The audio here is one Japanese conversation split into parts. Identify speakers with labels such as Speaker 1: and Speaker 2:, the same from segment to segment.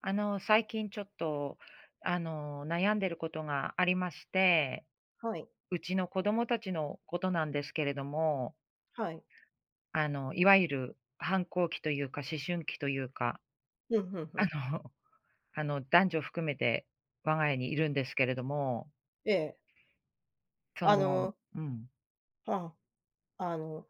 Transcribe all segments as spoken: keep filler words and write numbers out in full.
Speaker 1: あの、最近ちょっと、あの、悩んでることがありまして、
Speaker 2: はい、
Speaker 1: うちの子供たちのことなんですけれども、
Speaker 2: はい。
Speaker 1: あの、いわゆる反抗期というか、思春期というか、
Speaker 2: ふんふんふ
Speaker 1: あの、
Speaker 2: ん。
Speaker 1: あの、男女含めて我が家にいるんですけれども、
Speaker 2: ええ。
Speaker 1: そ
Speaker 2: あ
Speaker 1: の、
Speaker 2: の、
Speaker 1: うん、
Speaker 2: はあ、あの、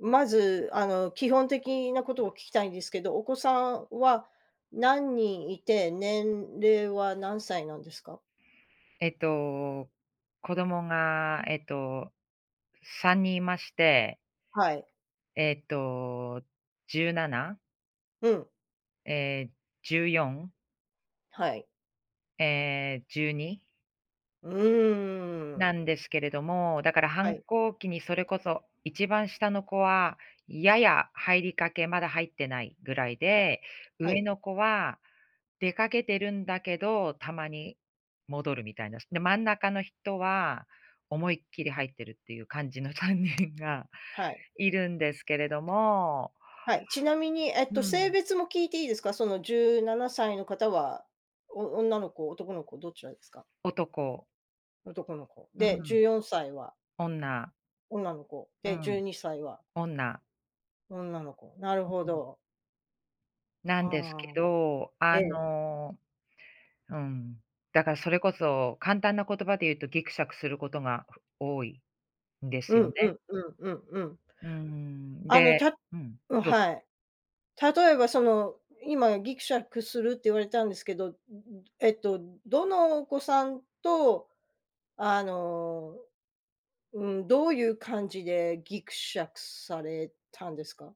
Speaker 2: まず、あの、基本的なことを聞きたいんですけど、お子さんは何人いて、年齢は何歳なんですか？
Speaker 1: えっと、子供が、えっと、さんにんいまして、
Speaker 2: はい。
Speaker 1: えっと、17、
Speaker 2: うん、
Speaker 1: えー、じゅうよん、
Speaker 2: はい。
Speaker 1: えー、じゅうに
Speaker 2: うー
Speaker 1: な
Speaker 2: ん。
Speaker 1: んですけれども、だから
Speaker 2: は
Speaker 1: 反
Speaker 2: い、
Speaker 1: 抗期にそれこそ一番下の子は、やや入りかけ、まだ入ってないぐらい
Speaker 2: はい。
Speaker 1: で、
Speaker 2: は
Speaker 1: 上
Speaker 2: い、
Speaker 1: の子は出かけてるんだけど、たまに戻るみたいな。で、真ん中の人は思いっきり入ってるっていう感じの さんにんが
Speaker 2: はい。
Speaker 1: いるんですけれども、
Speaker 2: はい。ちなみに、えっ
Speaker 1: う
Speaker 2: と、性
Speaker 1: ん、
Speaker 2: 別も聞いていいですか？そのじゅうななさいの方は、お女の子、男の子どちらですか？
Speaker 1: 男、
Speaker 2: 男の子。
Speaker 1: う
Speaker 2: で、
Speaker 1: ん、
Speaker 2: じゅうよんさいは
Speaker 1: 女、
Speaker 2: 女の子、
Speaker 1: う
Speaker 2: で、12
Speaker 1: ん、
Speaker 2: 歳は
Speaker 1: 女、
Speaker 2: 女の子、なるほ
Speaker 1: うん、
Speaker 2: ど。
Speaker 1: なんですけ
Speaker 2: ああ、
Speaker 1: ど、
Speaker 2: え
Speaker 1: あ
Speaker 2: え。
Speaker 1: のうん。だからそれこそ、簡単な言葉で言うとギクシャクすることが多いんです
Speaker 2: う
Speaker 1: よ
Speaker 2: んう
Speaker 1: ね。
Speaker 2: んうんうんうん。
Speaker 1: うーん、
Speaker 2: あの、
Speaker 1: で
Speaker 2: た
Speaker 1: うん、
Speaker 2: うん、
Speaker 1: どうぞ。
Speaker 2: はい。例えばその、今ギクシャクするって言われたんですけど、んん、えっと、どのお子さんと、あの、うん、どういう感じでギクシャクされたんですか？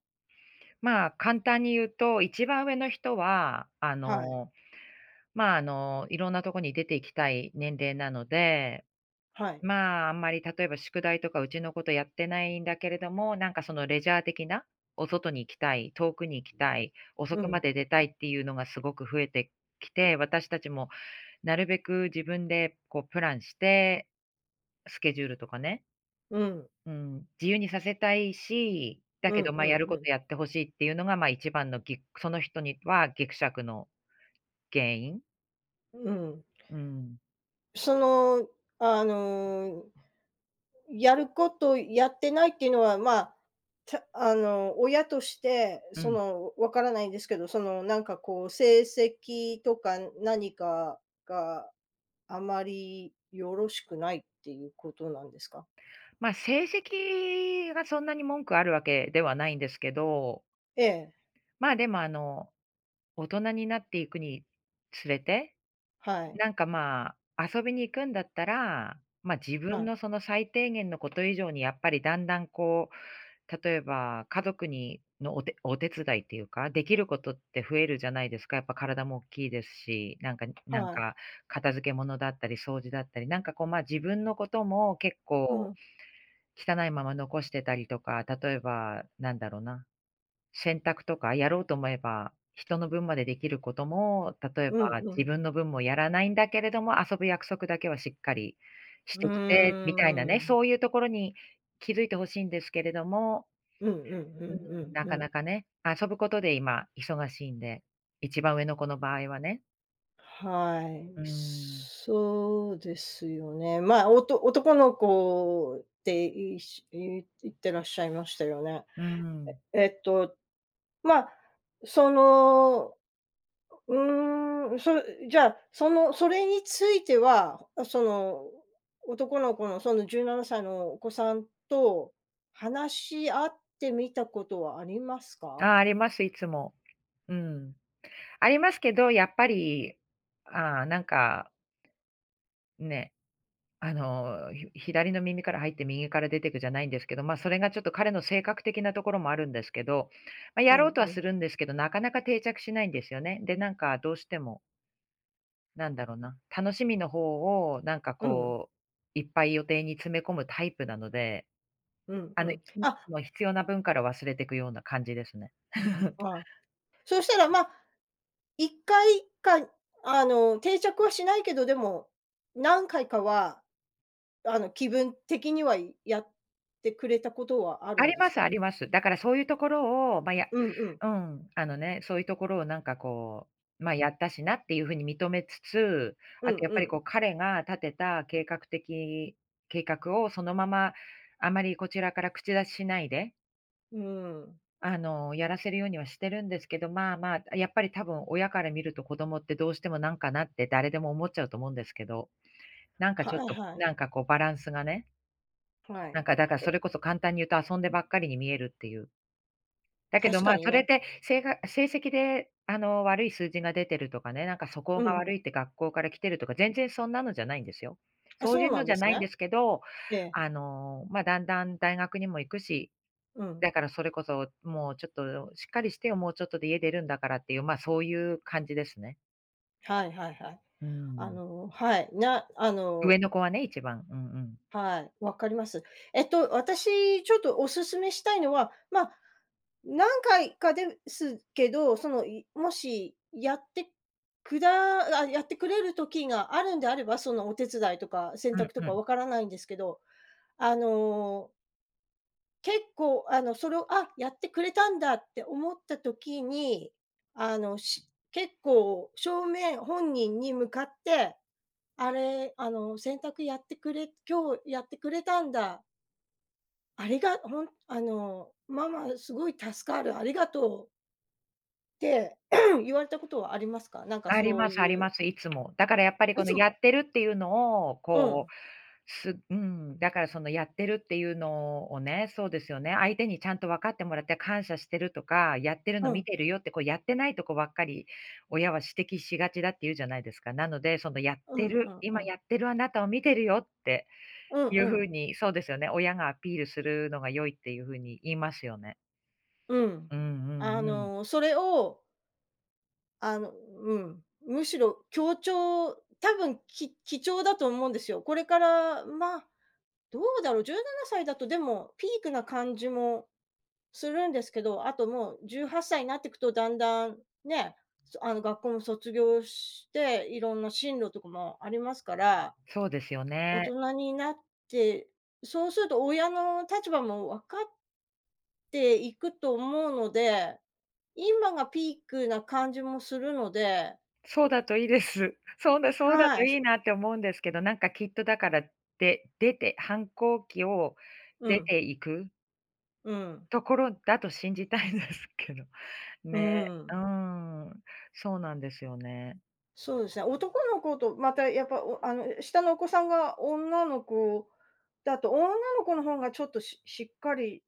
Speaker 1: まあ、簡単に言うと、一番上の人は、あ
Speaker 2: はい、
Speaker 1: の、まあ、あの、いろんなとこに出て行きたい年齢なので、
Speaker 2: はい。
Speaker 1: まあ、あんまり例えば宿題とかうちのことやってないんだけれども、なんかそのレジャー的な、お外に行きたい、遠くに行きたい、遅
Speaker 2: う
Speaker 1: く
Speaker 2: ん、
Speaker 1: まで出たいっていうのがすごく増えてきて、私たちもなるべく自分でこうプランして、スケジュールとかね、
Speaker 2: うん、
Speaker 1: うん、自由にさせたいし、だ
Speaker 2: う
Speaker 1: け
Speaker 2: ん
Speaker 1: ど、ま、あ
Speaker 2: う
Speaker 1: や
Speaker 2: ん
Speaker 1: る
Speaker 2: う
Speaker 1: こと
Speaker 2: ん。
Speaker 1: やってほしいっていうのが、ま、一番のぎその人にはぎくしゃくの原因。
Speaker 2: うん。
Speaker 1: うん、
Speaker 2: その、あのやることやってないっていうのは、まあ、たあの、親として、
Speaker 1: う
Speaker 2: そ
Speaker 1: ん。
Speaker 2: の、わからないんですけど、その、なんかこう、成績とか何かがあまりよろしくないっていうことなんですか？
Speaker 1: ま、成績がそんなに文句あるわけではないんですけど、
Speaker 2: ええ、
Speaker 1: まあ、でも、あの、大人になっていくにつれて、
Speaker 2: はい、
Speaker 1: なんか、まあ、遊びに行くんだったら、まあ、自
Speaker 2: は
Speaker 1: 分
Speaker 2: い、
Speaker 1: のその最低限のこと以上にやっぱりだんだん、こう、例えば家族にのお手お手伝いっていうか、できることって増えるじゃないですか。やっぱ体も大きいですし、なんかなん
Speaker 2: はい。
Speaker 1: か片付け物だったり掃除だったり、なんか、こう、まあ、自分のことも結
Speaker 2: う
Speaker 1: 構
Speaker 2: ん、
Speaker 1: 汚いまま残してたりとか、例えばなんだろうな選択とか、やろうと思えば、人の分までできることも、例え
Speaker 2: うん
Speaker 1: ば
Speaker 2: う
Speaker 1: 自
Speaker 2: ん。
Speaker 1: 分の分もやらないんだけれども、遊ぶ約束だけはしっかりし
Speaker 2: う
Speaker 1: てきて、みたいな
Speaker 2: ー
Speaker 1: ね、
Speaker 2: ん。
Speaker 1: そういうところに気づいて欲しいんですけれども、
Speaker 2: うんうんう
Speaker 1: う
Speaker 2: ん
Speaker 1: ん、な
Speaker 2: うん
Speaker 1: か
Speaker 2: う
Speaker 1: な
Speaker 2: ん。
Speaker 1: かね、遊ぶことで今忙しいんで、一番上の子の場合はね。
Speaker 2: は
Speaker 1: う
Speaker 2: い、
Speaker 1: ん、
Speaker 2: そうですよね。まあ、おと男の子って言いし言い言ってらっしゃいましたよね。
Speaker 1: うん。
Speaker 2: えっと、まあ、その、うーん、そじゃあ、その、それについては、その、男の子のそのじゅうななさいのお子さんと話し合ってみたことはあります
Speaker 1: あ
Speaker 2: か？
Speaker 1: あ、あります、いつも。うん。ありますけど、やっぱり、ああ、なんか、ね、あの、ひ左の耳から入って右から出てくじゃないんですけど、まあ、それがちょっと彼の性格的なところもあるんですけど、ま、
Speaker 2: う
Speaker 1: やろうと
Speaker 2: ん
Speaker 1: は
Speaker 2: う
Speaker 1: す
Speaker 2: ん。
Speaker 1: るんですけど、なかなか定着しないんですよね。で、なんかどうしても、なんだろうな、楽しみの方をなんか
Speaker 2: うん、
Speaker 1: こう、いっぱい予定に詰め込むタイプなので、
Speaker 2: うん
Speaker 1: あ
Speaker 2: う
Speaker 1: の、い
Speaker 2: ん。あ、
Speaker 1: つも必要な分から忘れてくような感じですね。
Speaker 2: ああ、そうしたら、まあ、いっかいかいか、あの、定着はしないけど、でも、何回かは、あの、気分的には、やってくれたことはあ
Speaker 1: あ
Speaker 2: るん
Speaker 1: り
Speaker 2: です
Speaker 1: ます
Speaker 2: か？
Speaker 1: あります。だからそういうところを、まあ、や
Speaker 2: うんうん。
Speaker 1: うん、あのね、そういうところをなんかこう、まあ、やったしなっていう風に認めつつ、
Speaker 2: う
Speaker 1: あ
Speaker 2: ん
Speaker 1: とやっ
Speaker 2: う
Speaker 1: ぱり
Speaker 2: ん。
Speaker 1: こう彼が立てた計画的計画をそのまま、あまりこちらから口出ししないで、
Speaker 2: うーん。
Speaker 1: あの、やらせるようにはしてるんですけど、まあまあ、やっぱり多分親から見ると子供ってどうしてもなんかなって誰でも思っちゃうと思うんですけど、なんかちょっ
Speaker 2: はい
Speaker 1: と、
Speaker 2: はい。
Speaker 1: なんかこうバランスがね、
Speaker 2: はい。
Speaker 1: なんかだからそれこそ簡単に言うと遊んでばっかりに見えるっていう。だけど、
Speaker 2: 確
Speaker 1: ま
Speaker 2: か
Speaker 1: あ、
Speaker 2: に
Speaker 1: それっ
Speaker 2: ね。
Speaker 1: てせいが成績で、あの、悪い数字が出てるとかね、なんか素行
Speaker 2: う
Speaker 1: が
Speaker 2: ん。
Speaker 1: 悪いって学校から来てるとか、全然そんなのじゃないんですよ。
Speaker 2: あ、
Speaker 1: そう
Speaker 2: そ
Speaker 1: い
Speaker 2: う
Speaker 1: う
Speaker 2: な
Speaker 1: の
Speaker 2: ん
Speaker 1: じ
Speaker 2: で
Speaker 1: ゃ
Speaker 2: す
Speaker 1: ないん
Speaker 2: ね。
Speaker 1: ですけど、
Speaker 2: ええ。
Speaker 1: あの、まあ、だんだん大学にも行くし、
Speaker 2: うん。
Speaker 1: だからそれこそもうちょっとしっかりしてよ、もうちょっとで家出るんだからっていう、まあ、そういう感じですね。
Speaker 2: はいはいはい。
Speaker 1: う
Speaker 2: あ
Speaker 1: ん。
Speaker 2: の、はい、なあ
Speaker 1: 上
Speaker 2: の
Speaker 1: の子はね、一番。うんうん。
Speaker 2: はい、わかります。えっと、私ちょっとお勧めしたいのは、まあ、何回かですけど、その、いもしやってくだあ、やってくれる時があるんであれば、そのお手伝いとか洗
Speaker 1: う
Speaker 2: 濯
Speaker 1: ん
Speaker 2: と
Speaker 1: う
Speaker 2: か
Speaker 1: ん。
Speaker 2: わからないんですけど、あの、結構、あの、それを、あ、やってくれたんだって思った時に、あの、し結構正面、本人に向かって、「あれ、あの、洗濯やってくれ今日やってくれたんだ、ありがほんあの、「ママすごい助かる、ありがとう」って 言われたことはありますか？なんか
Speaker 1: あり
Speaker 2: そう
Speaker 1: ますあ
Speaker 2: い
Speaker 1: り
Speaker 2: う、
Speaker 1: ます、いつも。だからやっぱり
Speaker 2: い
Speaker 1: こ
Speaker 2: つ
Speaker 1: のや
Speaker 2: も
Speaker 1: ってるっていうのを、
Speaker 2: う
Speaker 1: こ
Speaker 2: ん、
Speaker 1: うすうん、だからそのやってるっていうのをね、そうですよね、相手にちゃんと分かってもらって感謝してるとか、やってるの
Speaker 2: う
Speaker 1: 見
Speaker 2: ん、
Speaker 1: てるよって、こうやってないとこばっかり、親は指摘しがちだって言うじゃないですか。なので、そのやっ
Speaker 2: う
Speaker 1: て
Speaker 2: んう
Speaker 1: る、
Speaker 2: んう
Speaker 1: 今
Speaker 2: ん。
Speaker 1: やってるあなたを見てるよって
Speaker 2: うん
Speaker 1: いう
Speaker 2: う
Speaker 1: 風
Speaker 2: ん、
Speaker 1: に、そうですよね、親がアピールするのが良いっていう風に言いますよね。
Speaker 2: うん。
Speaker 1: うんう
Speaker 2: あ
Speaker 1: んうん。
Speaker 2: の、それを、あのうん、むしろ強調、多分、き貴重だと思うんですよ。これから、ま、あ、どうだろう、じゅうななさいだとでもピークな感じもするんですけど、あともうじゅうはっさいになっていくと、だんだんね、そあの、学校も卒業して、いろんな進路とかもありますから、
Speaker 1: そうですよ
Speaker 2: 大
Speaker 1: ね。
Speaker 2: 人になって、そうすると親の立場も分かっていくと思うので、今がピークな感じもするので、
Speaker 1: そうだといいです。そうだそうだ
Speaker 2: は
Speaker 1: と
Speaker 2: い、
Speaker 1: い
Speaker 2: そ
Speaker 1: いなって思うんですけど、なんかきっとだから、で出て反抗期を
Speaker 2: う
Speaker 1: 出
Speaker 2: ん、
Speaker 1: ていく
Speaker 2: うん、
Speaker 1: ところだと信じたいんですけど。
Speaker 2: う
Speaker 1: ね、うー
Speaker 2: ん。
Speaker 1: ん、そうなんですよね。
Speaker 2: そうですね、男の子とまたやっぱ、おあの、下のお子さんが女の子だと、女の子の方がちょっとししっかり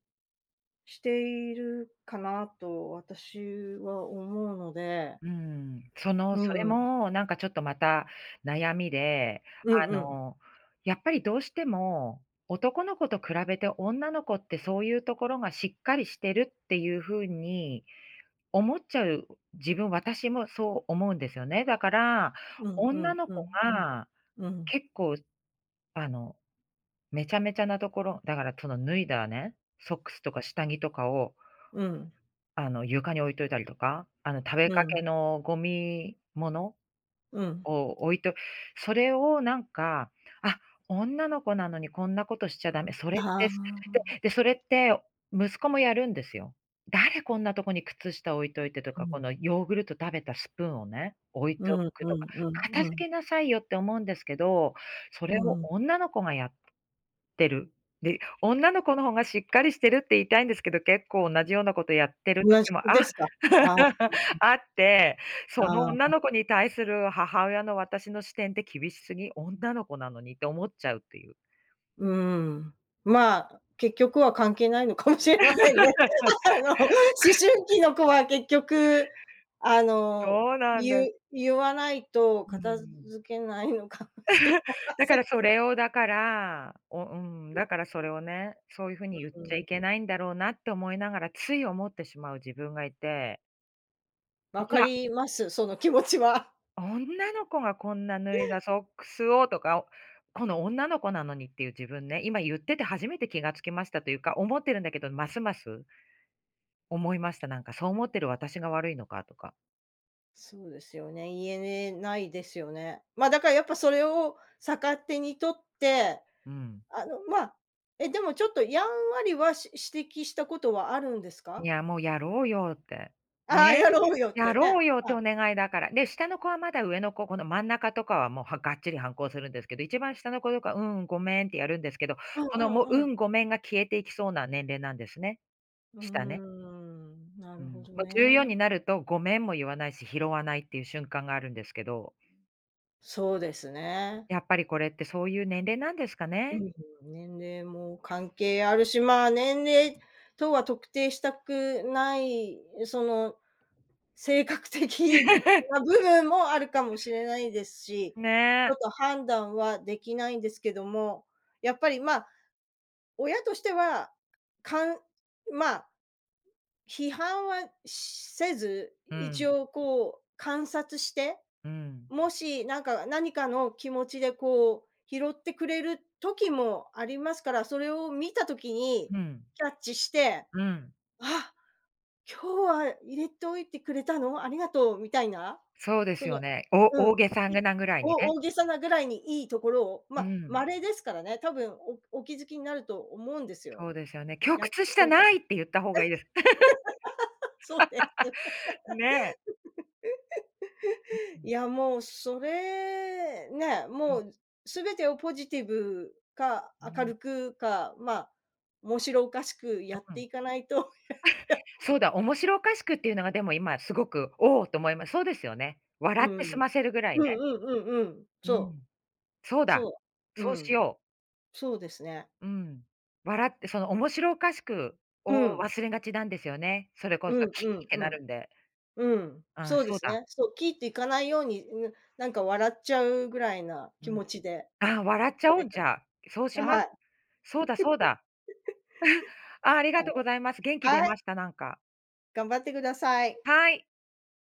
Speaker 2: しているかなと私は思うので、
Speaker 1: うん。その、
Speaker 2: う
Speaker 1: それ
Speaker 2: ん。
Speaker 1: もなんかちょっとまた悩みで、
Speaker 2: うん
Speaker 1: あ
Speaker 2: うん。
Speaker 1: の、やっぱりどうしても、男の子と比べて女の子ってそういうところがしっかりしてるっていうふうに思っちゃう自分、私もそう思うんですよね。だから、
Speaker 2: うんう
Speaker 1: 女
Speaker 2: ん
Speaker 1: の
Speaker 2: う
Speaker 1: 子
Speaker 2: んうん。
Speaker 1: が
Speaker 2: うん
Speaker 1: 結構あの、めちゃめちゃなところ、だからその脱いだね、ソックスとか下着とかを
Speaker 2: うん
Speaker 1: あの、床に置いといたりとか、あの、食べ
Speaker 2: う
Speaker 1: か
Speaker 2: ん
Speaker 1: けのゴミもの
Speaker 2: うん。
Speaker 1: を置いとそれをなんか、あ、女の子なのにこんなことしちゃダメ、それっ
Speaker 2: あ
Speaker 1: てす
Speaker 2: あ、
Speaker 1: でで、それって息子もやるんですよ。誰こんなとこに靴下置いといてと
Speaker 2: う
Speaker 1: か、こ
Speaker 2: ん。
Speaker 1: のヨーグルト食べたスプーンをね、置い
Speaker 2: う
Speaker 1: と
Speaker 2: んう
Speaker 1: くと
Speaker 2: ん
Speaker 1: か、
Speaker 2: う
Speaker 1: 片
Speaker 2: んう
Speaker 1: 付
Speaker 2: ん。
Speaker 1: けなさいよって思うんですけど、そ
Speaker 2: う
Speaker 1: れを
Speaker 2: ん。
Speaker 1: 女の子がやってる。で、女の子の方がしっかりしてるって言いたいんですけど、結構同じようなことやってる
Speaker 2: 同じ
Speaker 1: 時も、あ
Speaker 2: ですか？ああ、
Speaker 1: あって、その
Speaker 2: あ
Speaker 1: 女
Speaker 2: あ、
Speaker 1: の子に対する母親の私の視点って厳しすぎ、女の子なのにって思っちゃうっていう。
Speaker 2: うん。まあ、結局は関係ないのかもしれませんね。あの、思春期の子は結局、あの、
Speaker 1: そうなんです。
Speaker 2: ゆ言わないと
Speaker 1: う
Speaker 2: 片付
Speaker 1: ん。
Speaker 2: けないのかもしれま
Speaker 1: だ
Speaker 2: せ
Speaker 1: から
Speaker 2: ん。
Speaker 1: それをだから、おうん、だからそれをね、そういう風
Speaker 2: う
Speaker 1: に言っち
Speaker 2: ん、
Speaker 1: ゃいけないんだろうなって思いながら、つい思ってしまう自分がいて。
Speaker 2: わ
Speaker 1: い
Speaker 2: か
Speaker 1: や
Speaker 2: ります、その気持ちは。
Speaker 1: 女の子がこんな脱いだソックスをとか、この女の子なのにっていう自分ね、今言ってて初めて気がつきましたというか、思ってるんだけど、ますます思いました。なんかそう思ってる私が悪いのかとか。
Speaker 2: そうですよね、言えないですよね。まあ、だからやっぱそれを逆手に取って、
Speaker 1: うん。
Speaker 2: あの、まあ、え、でもちょっとやんわりは、し指摘したことはあるんです
Speaker 1: い
Speaker 2: か？
Speaker 1: や、もうやろうよって。
Speaker 2: ああ、
Speaker 1: ね。
Speaker 2: やろうよっ
Speaker 1: や
Speaker 2: てね。
Speaker 1: ろうよっ
Speaker 2: ま
Speaker 1: て
Speaker 2: あ、
Speaker 1: お願いだから。で、下の子はまだ上の子、この真ん中とかはもうはがっちり反抗するんですけど、一番下の子とか、うん、ごめんってやるんですけど、
Speaker 2: うん
Speaker 1: このもう、
Speaker 2: うんうん。
Speaker 1: うん、ごめんが消えていきそうな年齢なんですね。
Speaker 2: うー
Speaker 1: 下ね。
Speaker 2: ん、な
Speaker 1: う
Speaker 2: るほ
Speaker 1: ん、
Speaker 2: ど
Speaker 1: まあ、じゅうよん
Speaker 2: ね。
Speaker 1: になるとごめんも言わないし、拾わないっていう瞬間があるんですけど、
Speaker 2: そうですね。
Speaker 1: やっぱりこれってそういう年齢なんですか
Speaker 2: う
Speaker 1: ね。
Speaker 2: ん、年齢も関係あるし、まあ、年齢とは特定したくない、その、性格的な部 分もあるかもしれないですし、ちょ
Speaker 1: ね
Speaker 2: っ
Speaker 1: え。
Speaker 2: と判断はできないんですけども、やっぱり、まあ、親としては、かんまあ、批判はしせず、
Speaker 1: う
Speaker 2: 一
Speaker 1: ん、
Speaker 2: 応こう観察して、
Speaker 1: うん、
Speaker 2: もし、なんか、何かの気持ちでこう、拾ってくれる時もありますから、それを見た時に
Speaker 1: うん、
Speaker 2: キャッチして、
Speaker 1: うん。
Speaker 2: 「あ、今日は入れておいてくれたの？ありがとう」みたいな、
Speaker 1: そうで
Speaker 2: そ
Speaker 1: す
Speaker 2: の
Speaker 1: よね。
Speaker 2: うん、
Speaker 1: お大げさ
Speaker 2: い
Speaker 1: なぐらいに
Speaker 2: お
Speaker 1: ね。
Speaker 2: 大げさなぐらいに、いいところを、ま
Speaker 1: う
Speaker 2: あ、
Speaker 1: ん、
Speaker 2: 稀ですからね、多分おお気づきになると思うんですよ。
Speaker 1: そうですよね。「今
Speaker 2: やっ
Speaker 1: 日靴
Speaker 2: てく
Speaker 1: 下
Speaker 2: れたら
Speaker 1: ない！」って言った方がいいです。
Speaker 2: そうです。
Speaker 1: ね。う
Speaker 2: い
Speaker 1: ん、
Speaker 2: や、もうそれ、ね、
Speaker 1: う
Speaker 2: も
Speaker 1: ん、
Speaker 2: う、すべてをポジティブか、
Speaker 1: う
Speaker 2: 明
Speaker 1: ん、
Speaker 2: るくか、まあ、面白おかしくやっ
Speaker 1: う
Speaker 2: て
Speaker 1: ん。
Speaker 2: いかないと、
Speaker 1: そうだ、面白おかしくっていうのがでも今すごく、おおと思います。そうですよね。笑
Speaker 2: う
Speaker 1: って済
Speaker 2: ん。
Speaker 1: ませるぐらい
Speaker 2: うん
Speaker 1: ね。
Speaker 2: うんうんうん。
Speaker 1: う
Speaker 2: そう、
Speaker 1: ん、そうだ、
Speaker 2: そう。う
Speaker 1: そうし
Speaker 2: ん。
Speaker 1: よう。
Speaker 2: そうですね。
Speaker 1: うん。笑って、その面白おかしく
Speaker 2: う
Speaker 1: を
Speaker 2: ん。
Speaker 1: 忘れがちなんですよね。それこそ
Speaker 2: うん
Speaker 1: キー
Speaker 2: う
Speaker 1: っ
Speaker 2: ん
Speaker 1: て
Speaker 2: う
Speaker 1: な
Speaker 2: ん。
Speaker 1: るんで。
Speaker 2: うん。
Speaker 1: ああ、
Speaker 2: そうで
Speaker 1: そう
Speaker 2: す
Speaker 1: だ。
Speaker 2: ね。そう、きっていかないように、うん、なんか笑っちゃうぐらいな
Speaker 1: う
Speaker 2: 気
Speaker 1: ん。
Speaker 2: 持ちで、
Speaker 1: ああ、笑っち
Speaker 2: さ
Speaker 1: ゃお
Speaker 2: れ
Speaker 1: う、
Speaker 2: た
Speaker 1: じゃあ。そうし
Speaker 2: あ、
Speaker 1: ま
Speaker 2: は
Speaker 1: す。
Speaker 2: い、
Speaker 1: そうだそうだ。ああ、ありが
Speaker 2: はい。
Speaker 1: とうございます。元気出
Speaker 2: は
Speaker 1: ま
Speaker 2: い、
Speaker 1: した、なんか。
Speaker 2: 頑張ってください。
Speaker 1: はい。